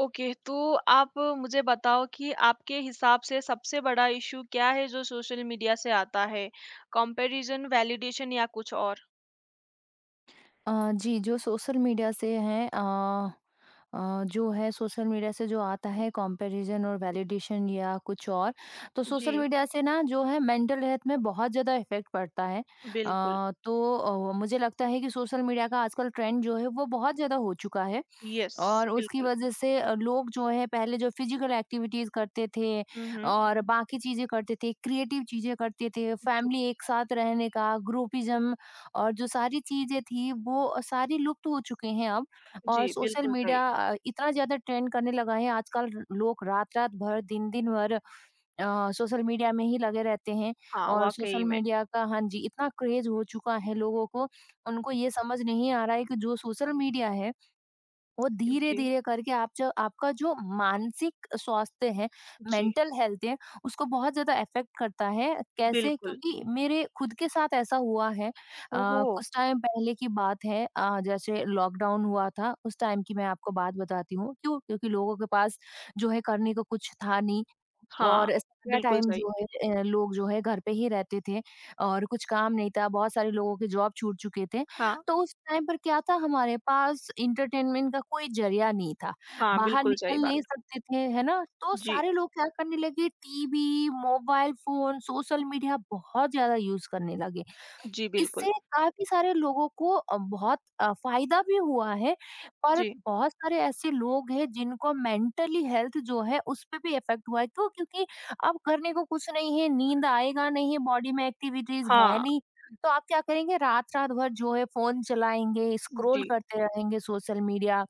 Okay, तो आप मुझे बताओ कि आपके हिसाब से सबसे बड़ा इश्यू क्या है जो सोशल मीडिया से आता है? कंपैरिज़न, वैलिडेशन या कुछ और? जी, जो सोशल मीडिया से हैं जो है सोशल मीडिया से जो आता है कंपैरिज़न और वैलिडेशन या कुछ और, तो सोशल जी, मीडिया से ना जो है मेंटल हेल्थ में बहुत ज़्यादा इफ़ेक्ट पड़ता है। बिल्कुल। तो मुझे लगता है कि सोशल मीडिया का आजकल ट्रेंड जो है वो बहुत ज़्यादा हो चुका है। यस, और उसकी बिल्कुल। वजह से लोग जो है पहले जो फिजिकल एक्टिविटीज करते थे हुँ, हुँ। और बाकी चीजें करते थे, क्रिएटिव चीजें करते थे, जी, फैमिली एक साथ रहने का, ग्रुपिज्म और जो सारी चीजें थी वो सारी लुप्त हो चुके हैं अब। और जी, सोशल बिल्कुल सही। मीडिया इतना ज्यादा ट्रेंड करने लगा है आजकल। लोग रात-रात भर, दिन-दिन भर अ, सोशल मीडिया में ही लगे रहते हैं हाँ, और वाक़ई सोशल में। मीडिया का हाँ जी, इतना क्रेज हो चुका है लोगों को, उनको ये समझ नहीं आ रहा है कि जो सोशल मीडिया है वो जी, धीरे-धीरे करके आप जो आपका जो मानसिक स्वास्थ्य है, जी, मेंटल हेल्थ है, उसको बहुत ज़्यादा इफ़ेक्ट करता है। कैसे? बिल्कुल। क्योंकि मेरे खुद के साथ ऐसा हुआ है। ओहो! कुछ टाइम पहले की बात है, जैसे लॉकडाउन हुआ था, उस टाइम की मैं आपको बात बताती हूँ। क्यों? क्योंकि लोगों के पास जो है करने को कुछ था नहीं हाँ, और सारा बिल्कुल टाइम सही। जो है लोग जो है घर पे ही रहते थे और कुछ काम नहीं था। बहुत सारे लोगों के जॉब छूट चुके थे। हाँ, तो उस टाइम पर क्या था, हमारे पास एंटरटेनमेंट का कोई ज़रिया नहीं था। हाँ, बाहर बिल्कुल सही निकल बात। नहीं सकते थे, है ना? तो जी, सारे लोग क्या करने लगे, TV, mobile phone, social media बहुत ज़्यादा यूज़ करने लगे। जी, बिल्कुल। इससे काफ़ी सारे लोगों को बहुत फ़ायदा भी हुआ है, पर जी, बहुत सारे ऐसे लोग हैं जिनको मेंटली हेल्थ जो है उस पे भी इफ़ेक्ट हुआ है। क्यों? क्योंकि अब करने को कुछ नहीं है, नींद आएगा नहीं, बॉडी में एक्टिविटीज़ है हाँ, नहीं, तो आप क्या करेंगे, रात-रात भर जो है फ़ोन चलाएँगे, जी। स्क्रॉल करते रहेंगे सोशल मीडिया।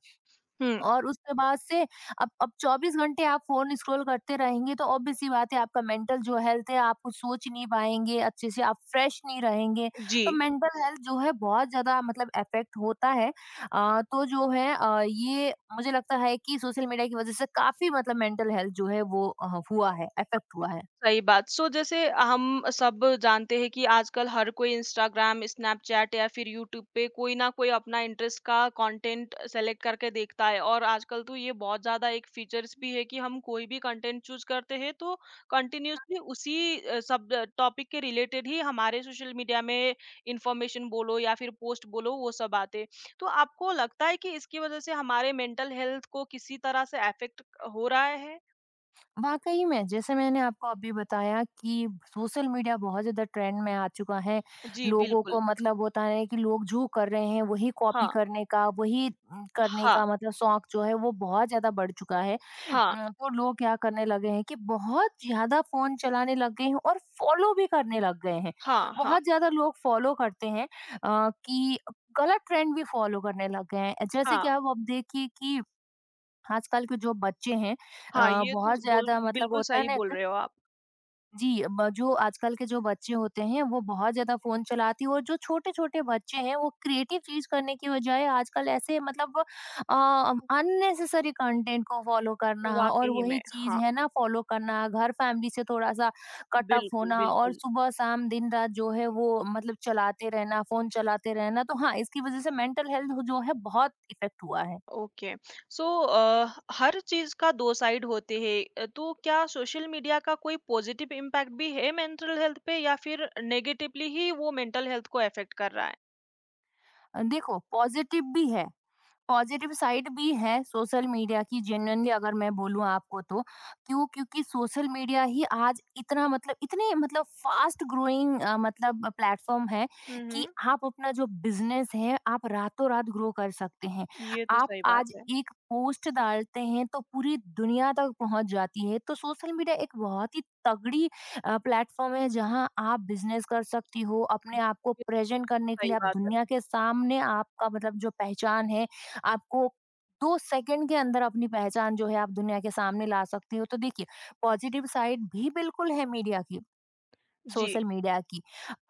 हुँ, और उसके बाद से अब 24 घंटे आप फ़ोन स्क्रॉल करते रहेंगे तो ऑब्वियस सी बात है आपका मेंटल जो हेल्थ है, आप कुछ सोच नहीं पाएँगे, अच्छे से आप फ्रेश नहीं रहेंगे। जी। तो मेंटल हेल्थ जो है बहुत ज़्यादा मतलब इफ़ेक्ट होता है। तो जो है ये मुझे लगता है कि सोशल मीडिया की वज़ह से काफ़ी मतलब मेंटल हेल्थ जो है वो हुआ है, इफ़ेक्ट हुआ है। सही बात। सो जैसे हम सब जानते हैं कि आजकल हर कोई इंस्टाग्राम, स्नैपचैट या फिर यूट्यूब पे कोई ना कोई अपना इंटरेस्ट का कंटेंट सेलेक्ट करके देखता है और आजकल तो ये बहुत ज़्यादा एक फीचर्स भी है कि हम कोई भी कंटेंट चूज़ करते हैं तो कंटिन्यूअसली उसी सब टॉपिक के रिलेटेड ही हमारे सोशल मीडिया में इंफॉर्मेशन बोलो या फिर पोस्ट बोलो वो सब आते हैं। तो आपको लगता है कि इसकी वज़ह से हमारे मेंटल हेल्थ को किसी तरह से अफेक्ट हो रहा है? वाकई में जैसे मैंने आपको अभी बताया कि सोशल मीडिया बहुत ज़्यादा ट्रेंड में आ चुका है। जी, लोगों बिल्कुल। को मतलब होता है कि लोग जो कर रहे हैं वही कॉपी हाँ। करने का, वही करने हाँ। का मतलब शौक जो है वो बहुत ज़्यादा बढ़ चुका है। हाँ, तो लोग क्या करने लगे हैं कि बहुत ज़्यादा फ़ोन चलाने लग गए हैं और फ़ॉलो भी करने लग गए हैं। हाँ, हाँ, बहुत ज़्यादा लोग फ़ॉलो करते हैं कि गलत ट्रेंड भी फ़ॉलो करने लग गए हैं। जैसे हाँ, कि अब देखिए कि आजकल के जो बच्चे हैं, हाँ, ये तो बहुत बोल ज़्यादा मतलब बिल्कुल होता है सही ना बोल एक रहे हो आप। जी ब जो आजकल के जो बच्चे होते हैं वो बहुत ज़्यादा फ़ोन चलाते हैं और जो छोटे-छोटे बच्चे हैं वो क्रिएटिव चीज़ करने की बजाय आजकल ऐसे मतलब अ, अननेसेसरी कंटेंट को फ़ॉलो करना और वाक़ई वही में, चीज़ हाँ, है ना, फ़ॉलो करना, घर फैमिली से थोड़ा-सा कट ऑफ बिल्कुल, होना और बिल्कुल। सुबह शाम दिन रात जो है वो मतलब चलाते रहना, फ़ोन चलाते रहना। तो हाँ, इसकी वज़ह से मेंटल हेल्थ जो है बहुत इफ़ेक्ट हुआ है। ओके, सो हर चीज़ का 2 साइड होते हैं तो क्या सोशल मीडिया का कोई पॉज़िटिव इम्पैक्ट भी है मेंटल हेल्थ पे या फिर नेगेटिवली ही वो मेंटल हेल्थ को अफ़ेक्ट कर रहा है? देखो पॉज़िटिव भी है। पॉजिटिव साइड भी है सोशल मीडिया की। जेन्युइनली अगर मैं बोलूं आपको तो क्यों? क्योंकि सोशल मीडिया ही आज इतना मतलब इतने मतलब फास्ट ग्रोइंग मतलब प्लेटफॉर्म है हुँ, कि हुँ, आप अपना जो बिजनेस है आप रातों रात ग्रो कर सकते हैं। ये तो आप सही बात आज है। एक पोस्ट डालते हैं तो पूरी दुनिया तक पहुंच जाती है। तो सोशल मीडिया एक बहुत ही तगड़ी प्लेटफॉर्म है जहां आप बिजनेस कर सकती हो। अपने आप को ये तो प्रेजेंट करने के सही लिए आप बात है। दुनिया के सामने आपका मतलब जो पहचान है, आपको 2 सेकंड के अंदर अपनी पहचान जो है आप दुनिया के सामने ला सकती हो। तो देखिए पॉजिटिव साइड भी बिल्कुल है मीडिया की। जी। सोशल मीडिया की।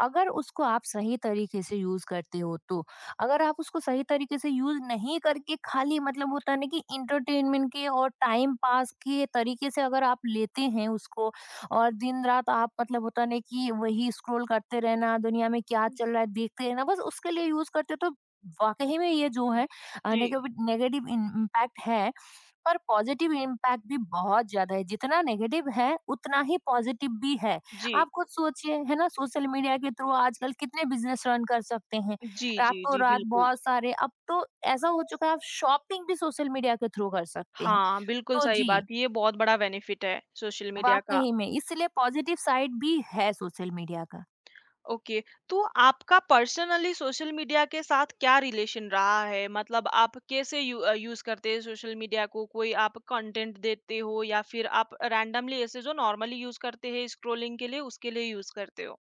अगर उसको आप सही तरीके से यूज करते हो तो। अगर आप उसको सही तरीके से यूज नहीं करके खाली मतलब होता है ना कि इंटरटेनमेंट के और टाइम पास के तरीके से अगर आप लेते हैं उसको और दिन रात आप मतलब होता नहीं कि वही स्क्रॉल करते रहना, दुनिया में क्या जी, चल रहा है देखते रहना बस उसके लिए यूज करते हो, तो वाकई में ये जो है जी, नेगेटिव नेगेटिव इम्पैक्ट है और पॉजिटिव इम्पैक्ट भी बहुत ज़्यादा है, जितना नेगेटिव है, उतना ही पॉजिटिव भी है। जी, आप खुद सोचिए, है ना? सोशल मीडिया के थ्रू आजकल कितने बिज़नेस रन कर सकते हैं। जी, जी, जी, रातों-रात बिल्कुल। बहुत सारे। अब तो ऐसा हो चुका है आप शॉपिंग भी सोशल मीडिया के थ्रू कर सकते हैं। हाँ, बिल्कुल तो सही बात। जी, ये बहुत बड़ा बेनिफिट है सोशल मीडिया का। वाक़ई में इसलिए पॉजिटिव साइड भी है सोशल मीडिया का। ओके, तो आपका पर्सनली सोशल मीडिया के साथ क्या रिलेशन रहा है? मतलब आप कैसे यूज़ करते हैं सोशल मीडिया को? कोई आप कंटेंट देते हो या फिर आप रैंडमली ऐसे जो नॉर्मली यूज़ करते हैं स्क्रॉलिंग के लिए, उसके लिए यूज़ करते हो?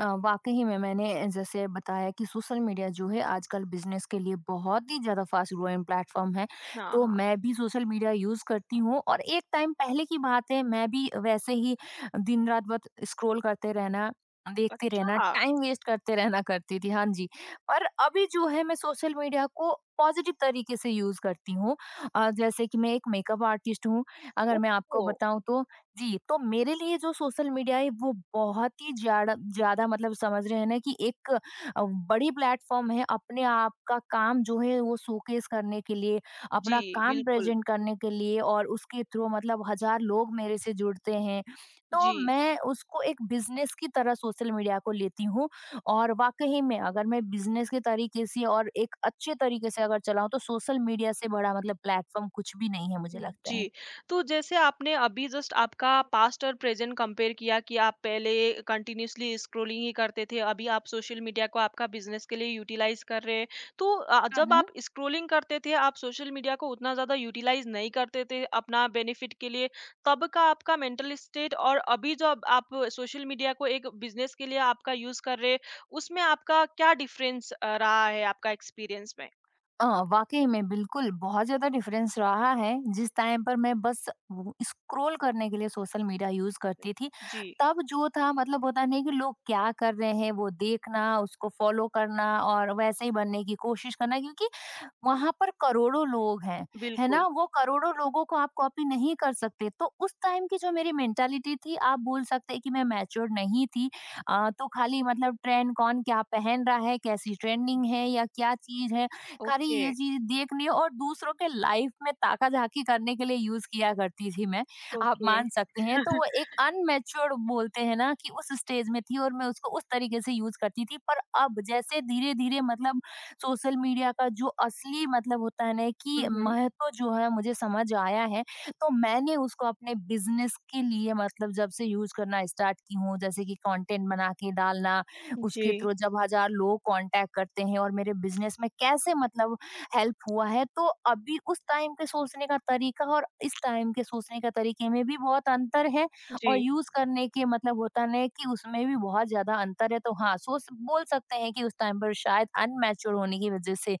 वाक़ई में मैंने जैसे बताया कि सोशल मीडिया जो है आजकल बिज़नेस के लिए बहुत ही ज़्यादा फ़ास्ट ग्रोइंग प्लेटफ़ॉर्म है। हाँ, तो हाँ। मैं भी सोशल मीडिया यूज़ करती हूँ और एक टाइम पहले की बात है, मैं भी वैसे ही दिन-रात बस स्क्रॉल करते रहना, देखते अच्छा, रहना, टाइम वेस्ट करते रहना करती थी। हाँ जी, पर अभी जो है मैं सोशल मीडिया को पॉज़िटिव तरीके से यूज़ करती हूँ। जैसे कि मैं एक मेकअप आर्टिस्ट हूँ, अगर मैं आपको ओह! बताऊँ तो। जी, तो मेरे लिए जो सोशल मीडिया है वो बहुत ही ज़्यादा ज़्यादा मतलब समझ रहे हैं ना कि एक बड़ी प्लेटफ़ॉर्म है अपने आप का काम जो है वो शोकेस करने के लिए, जी, अपना काम बिल्कुल। प्रेज़ेंट करने के लिए और उसके थ्रू मतलब हज़ार लोग मेरे से जुड़ते हैं। तो जी। मैं उसको एक बिज़नेस की तरह सोशल मीडिया को लेती हूँ और वाक़ई में अगर मैं बिज़नेस के तरीके से और एक अच्छे तरीके से अगर चलाऊँ तो सोशल मीडिया से बड़ा मतलब प्लेटफ़ॉर्म कुछ भी नहीं है मुझे लगता है। जी, तो जैसे आपने अभी जस्ट आपका पास्ट और प्रेज़ेंट कंपेयर किया कि आप पहले कंटिन्यूअसली स्क्रॉलिंग ही करते थे, अभी आप सोशल मीडिया को आपका बिज़नेस के लिए यूटिलाइज़ कर रहे हैं। तो हुँ, जब हुँ। आप स्क्रॉलिंग करते थे, आप सोशल मीडिया को उतना ज़्यादा यूटिलाइज़ नहीं करते थे अपना बेनिफिट के लिए, तब का आपका मेंटल स्टेट और अभी जो अब आप सोशल मीडिया को एक बिज़नेस के लिए आपका यूज़ कर रहे हैं, उसमें आपका क्या डिफ़रेंस रहा है आपका एक्सपीरियंस में? अ, वाक़ई में बिल्कुल, बहुत ज़्यादा डिफ़रेंस रहा है, जिस टाइम पर मैं बस वो स्क्रॉल करने के लिए सोशल मीडिया यूज़ करती थी, जी, तब जो था मतलब होता नहीं कि लोग क्या कर रहे हैं, वो देखना, उसको फ़ॉलो करना और वैसे ही बनने की कोशिश करना, क्योंकि वहाँ पर करोड़ों लोग हैं, है बिल्कुल। ना? वो करोड़ों लोगों को आप कॉपी नहीं कर सकते, तो उस टाइम की जो मेरी मेंटालिटी थी, आप बोल सकते हैं कि मैं मैच्योर नहीं थी। तो खाली मतलब ट्रेंड कौन क्या पहन रहा है, कैसी ट्रेंडिंग है या क्या चीज़ है, खाली ओके, ये चीज़ देखने और दूसरों के लाइफ में ताका-झाकी करने के लिए यूज़ किया करती थी मैं, आप ओके। मान सकते हैं। तो वो एक अनमैच्योर्ड बोलते हैं ना कि उस स्टेज में थी और मैं उसको उस तरीके से यूज़ करती थी। पर अब जैसे धीरे-धीरे मतलब सोशल मीडिया का जो असली मतलब होता है ना हुँ, कि हुँ। महत्व जो है मुझे समझ आया है। तो मैंने उसको अपने बिज़नेस के लिए मतलब जब से यूज़ करना स्टार्ट की हूँ, जैसे कि कंटेंट बना के डालना, जी, उसके थ्रू जब हज़ार लोग कॉन्टैक्ट करते हैं और मेरे बिज़नेस में कैसे मतलब हेल्प हुआ है, तो अभी उस टाइम के सोचने का तरीका और इस टाइम के सोचने का तरीके में भी बहुत अंतर है। और जी, यूज़ करने के मतलब होता ना है कि उसमें भी बहुत ज़्यादा अंतर है, तो हाँ, सोच बोल सकते हैं कि उस टाइम पर शायद अनमैच्योर होने की वज़ह से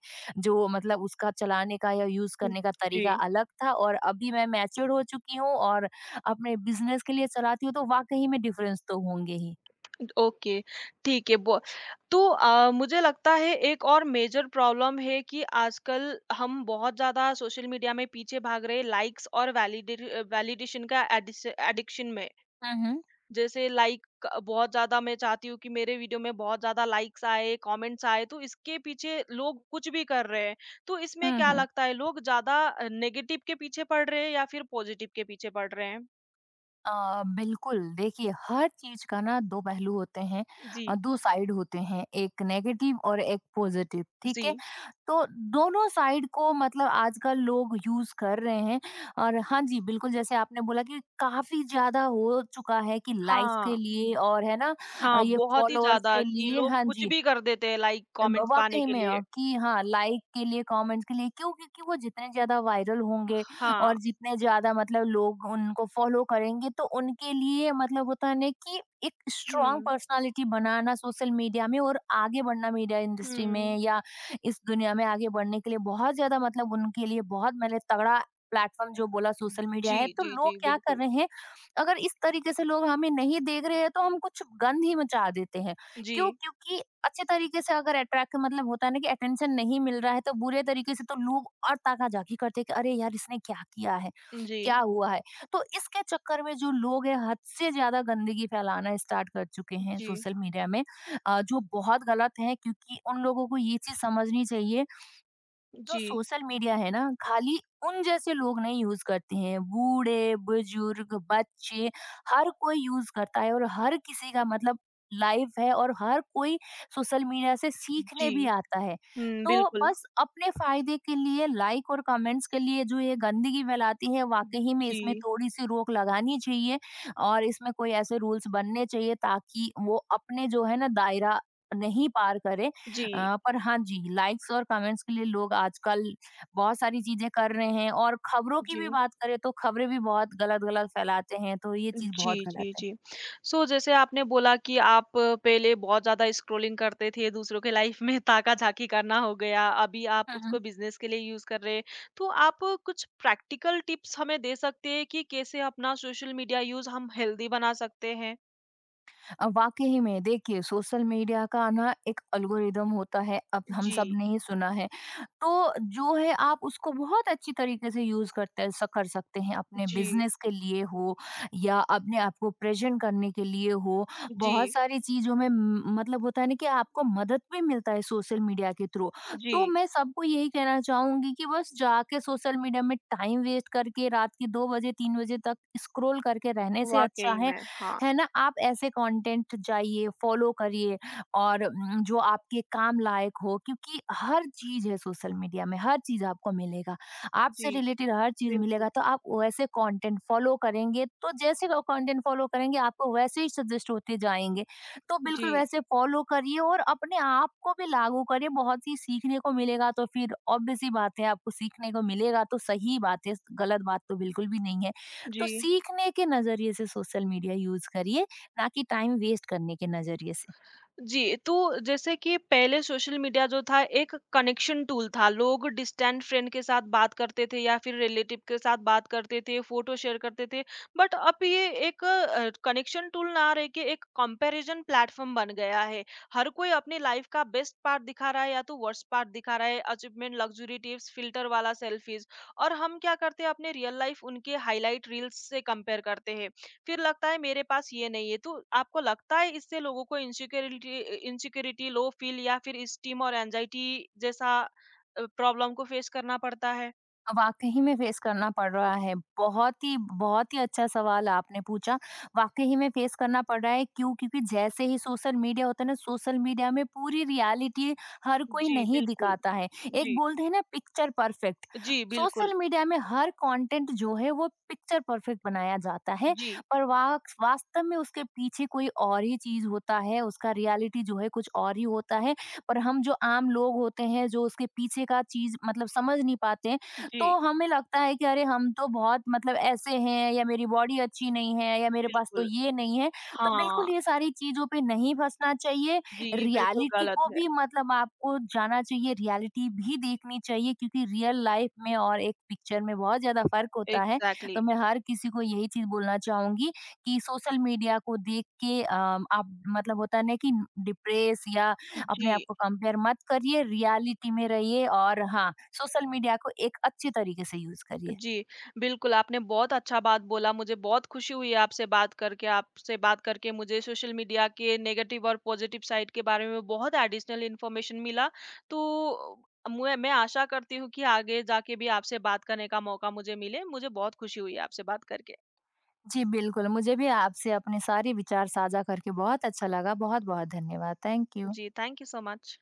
जो मतलब उसका चलाने का या यूज़ हुँ, करने का तरीका जी। अलग था और अभी मैं मैच्योर हो चुकी हूँ और अपने बिज़नेस के लिए चलाती हूँ, तो वाक़ई में डिफरेंस तो होंगे ही। ओके, ठीक है बो तो मुझे लगता है एक और मेजर प्रॉब्लम है कि आजकल हम बहुत ज़्यादा सोशल मीडिया में पीछे भाग रहे हैं लाइक्स और वैलिडेट वैलिडेशन का एडिस एडिक्शन में। हुँ, हुँ। जैसे लाइक बहुत ज़्यादा मैं चाहती हूँ कि मेरे वीडियो में बहुत ज़्यादा लाइक्स आए, कमेंट्स आए, तो इसके पीछे लोग कुछ भी कर रहे हैं। तो इसमें हुँ, क्या हुँ। लगता है लोग ज़्यादा नेगेटिव के पीछे पड़ रहे हैं या फिर पॉजिटिव के पीछे पड़ रहे हैं? बिल्कुल देखिए हर चीज का ना दो पहलू होते हैं, जी, दो साइड होते हैं, एक नेगेटिव और एक पॉजिटिव, ठीक जी। है। तो दोनों साइड को मतलब आजकल लोग यूज कर रहे हैं और हाँ जी बिल्कुल जैसे आपने बोला कि काफी ज्यादा हो चुका है कि लाइक्स के हाँ, लिए, और है ना, हाँ, ये बहुत ही फॉलोअर्स ज़्यादा के कि लिए। लोग हाँ कुछ जी, भी कर देते हैं लाइक कमेंट्स पाने वाक़ई के में लिए। कि हाँ, लाइक के लिए, कमेंट्स के लिए। क्यों? क्योंकि वो जितने ज़्यादा वायरल होंगे हाँ, और जितने ज़्यादा मतलब लोग उनको फ़ॉलो करेंगे, तो उनके लिए मतलब होता है ना कि एक स्ट्रॉन्ग हुँ, पर्सनैलिटी बनाना सोशल मीडिया में और आगे बढ़ना मीडिया इंडस्ट्री में हुँ। या इस दुनिया में आगे बढ़ने के लिए बहुत ज़्यादा मतलब उनके लिए बहुत मैंने तगड़ा प्लेटफ़ॉर्म जो बोला सोशल मीडिया जी, है, तो जी, लोग जी, क्या कर बिल्कुल। रहे हैं, अगर इस तरीके से लोग हमें नहीं देख रहे हैं, तो हम कुछ गंद ही मचा देते हैं। क्यों? जी, क्योंकि अच्छे तरीके से अगर अट्रैक्ट मतलब होता है ना कि अटेंशन नहीं मिल रहा है तो बुरे तरीके से तो लोग और ताका-झाकी करते हैं कि अरे यार इसने क्या किया है? जी, क्या हुआ है? तो इसके चक्कर में जो लोग हैं हद से ज़्यादा गंदगी फैलाना स्टार्ट कर चुके हैं जी, सोशल मीडिया में। जो बहुत गलत है क्योंकि उन लोगों को ये चीज़ समझनी चाहिए। जो जी, सोशल मीडिया है ना, खाली उन जैसे लोग नहीं यूज करते हैं, बूढ़े बुजुर्ग बच्चे हर कोई यूज करता है और हर किसी का मतलब लाइफ है और हर कोई सोशल मीडिया से सीखने जी। भी आता है। हुँ, तो बिल्कुल। बस अपने फायदे के लिए लाइक और कमेंट्स के लिए जो ये गंदगी फैलाती है, वाकई में इसमें जी, थोड़ी सी रोक लगानी चाहिए और इसमें कोई ऐसे रूल्स बनने चाहिए ताकि वो अपने जो है ना दायरा नहीं पार करे। जी, पर हाँ जी, लाइक्स और कमेंट्स के लिए लोग आजकल बहुत सारी चीज़ें कर रहे हैं और खबरों की जी। भी बात करें तो खबरें भी बहुत गलत-गलत फैलाते हैं, तो ये चीज़ बहुत जी, गलत जी, है। जी। सो जैसे आपने बोला कि आप पहले बहुत ज़्यादा स्क्रॉलिंग करते थे, दूसरों के लाइफ में ताका-झाकी करना हो गया, अभी आप हुँ, हुँ। उसको बिज़नेस के लिए यूज़ कर रहे हैं। तो आप कुछ प्रैक्टिकल टिप्स हमें दे सकते हैं कि कैसे अपना सोशल मीडिया यूज़ हम हेल्दी बना सकते हैं? वाक़ई में देखिए सोशल मीडिया का ना एक एल्गोरिदम होता है, अब हम सब जी, ने ही सुना है। तो जो है आप उसको बहुत अच्छी तरीके से यूज करते हैं कर सकते हैं अपने जी, बिजनेस के लिए हो या अपने आप को प्रेजेंट करने के लिए हो। जी, बहुत सारी चीजों में मतलब होता है ना कि आपको मदद भी मिलता है सोशल मीडिया के थ्रू। जी। तो मैं सबको यही कहना चाहूंगी कि बस जाके सोशल मीडिया में टाइम वेस्ट करके रात के दो बजे तीन बजे तक स्क्रॉल करके रहने से अच्छा वाक़ई है में, हाँ। है ना, आप ऐसे कंटेंट जाइए फॉलो करिए। और जो आपके काम लायक हो क्योंकि हर चीज़ है सोशल मीडिया में, हर चीज़ आपको मिलेगा। जी, आपसे रिलेटेड हर चीज़ मिलेगा, बिल्कुल। तो आप वैसे कंटेंट फॉलो करेंगे, तो जैसे वो कंटेंट फॉलो करेंगे आपको वैसे ही सजेस्ट होते जाएँगे। तो बिल्कुल जी, वैसे फॉलो करिए और अपने आप को भी लागू करिए, बहुत ही सीखने को मिलेगा, तो फिर ऑब्वियस सी बात है आपको सीखने को मिलेगा, तो सही बात है, गलत बात तो बिल्कुल भी नहीं है। जी। तो सीखने के नज़रिए से सोशल मीडिया यूज़ करिए, ना कि टाइम वेस्ट करने के नज़रिए से। जी, तो जैसे कि पहले सोशल मीडिया जो था एक कनेक्शन टूल था। लोग डिस्टेंट फ्रेंड के साथ बात करते थे या फिर रिलेटिव के साथ बात करते थे, फ़ोटो शेयर करते थे। बट अब ये एक कनेक्शन टूल ना रह के एक कंपैरिज़न प्लेटफ़ॉर्म बन गया है। हर कोई अपनी लाइफ़ का बेस्ट पार्ट दिखा रहा है या तो वर्स्ट पार्ट दिखा रहा है, अचीवमेंट, लग्ज़री टिप्स, फ़िल्टर वाला सेल्फ़ीज़ और हम क्या करते हैं अपने रियल लाइफ़ उनके हाइलाइट रील्स से कंपेयर करते हैं। फिर लगता है मेरे पास ये नहीं है तो आपको लगता है इससे लोगों को इनसिक्योरिटी इनसिक्योरिटी लो फील या फिर स्टीम और एंजाइटी जैसा प्रॉब्लम को फेस करना पड़ता है। वाक़ई में फेस करना पड़ रहा है। बहुत ही अच्छा सवाल आपने पूछा। वाक़ई में फेस करना पड़ रहा है। क्यों? क्योंकि जैसे ही सोशल मीडिया होता है ना, सोशल मीडिया में पूरी रियलिटी हर कोई जी नहीं बिल्कुल। दिखाता है। एक जी, बोलते हैं ना, पिक्चर परफेक्ट। जी बिल्कुल। सोशल मीडिया में हर कंटेंट जो है वो पिक्चर परफेक्ट बनाया जाता है, जी, पर वाक वास्तव में उसके पीछे कोई और ही चीज़ होता है, उसका रियलिटी जो है कुछ और ही होता है। पर हम जो आम लोग होते हैं, जो उसके पीछे का चीज़ मतलब समझ नहीं पाते, तो जी हमें लगता है कि अरे हम तो बहुत मतलब ऐसे हैं या मेरी बॉडी अच्छी नहीं है या मेरे पास तो बिल्कुल। ये नहीं है। तो बिल्कुल हाँ। ये सारी चीज़ों पे नहीं फँसना चाहिए। जी, ये बिल्कुल रियलिटी गलत को है। भी मतलब आपको जाना चाहिए, रियलिटी भी देखनी चाहिए क्योंकि रियल लाइफ में और एक पिक्चर में बहुत ज़्यादा फ़र्क होता है। एग्जैक्टली। तो मैं हर किसी को यही चीज़ बोलना चाहूँगी कि सोशल मीडिया को देख के आप मतलब होता है ना कि डिप्रेस या जी। अपने आप को कंपेयर मत करिए, रियलिटी में रहिए और हाँ, सोशल मीडिया को एक अच्छे तरीके से यूज़ करिए। जी, बिल्कुल, आपने बहुत अच्छा बात बोला, मुझे बहुत खुशी हुई आपसे बात करके। आपसे बात करके मुझे सोशल मीडिया के नेगेटिव और पॉजिटिव साइड के बारे में बहुत एडिशनल इन्फॉर्मेशन मिला। तो मैं आशा करती हूँ कि आगे जाके भी आपसे बात करने का मौका मुझे मिले। मुझे बहुत खुशी हुई आपसे बात करके। जी, बिल्कुल। मुझे भी आपसे अपने सारे विचार साझा करके बहुत अच्छा लगा। बहुत-बहुत धन्यवाद। Thank you. जी, थैंक यू सो मच।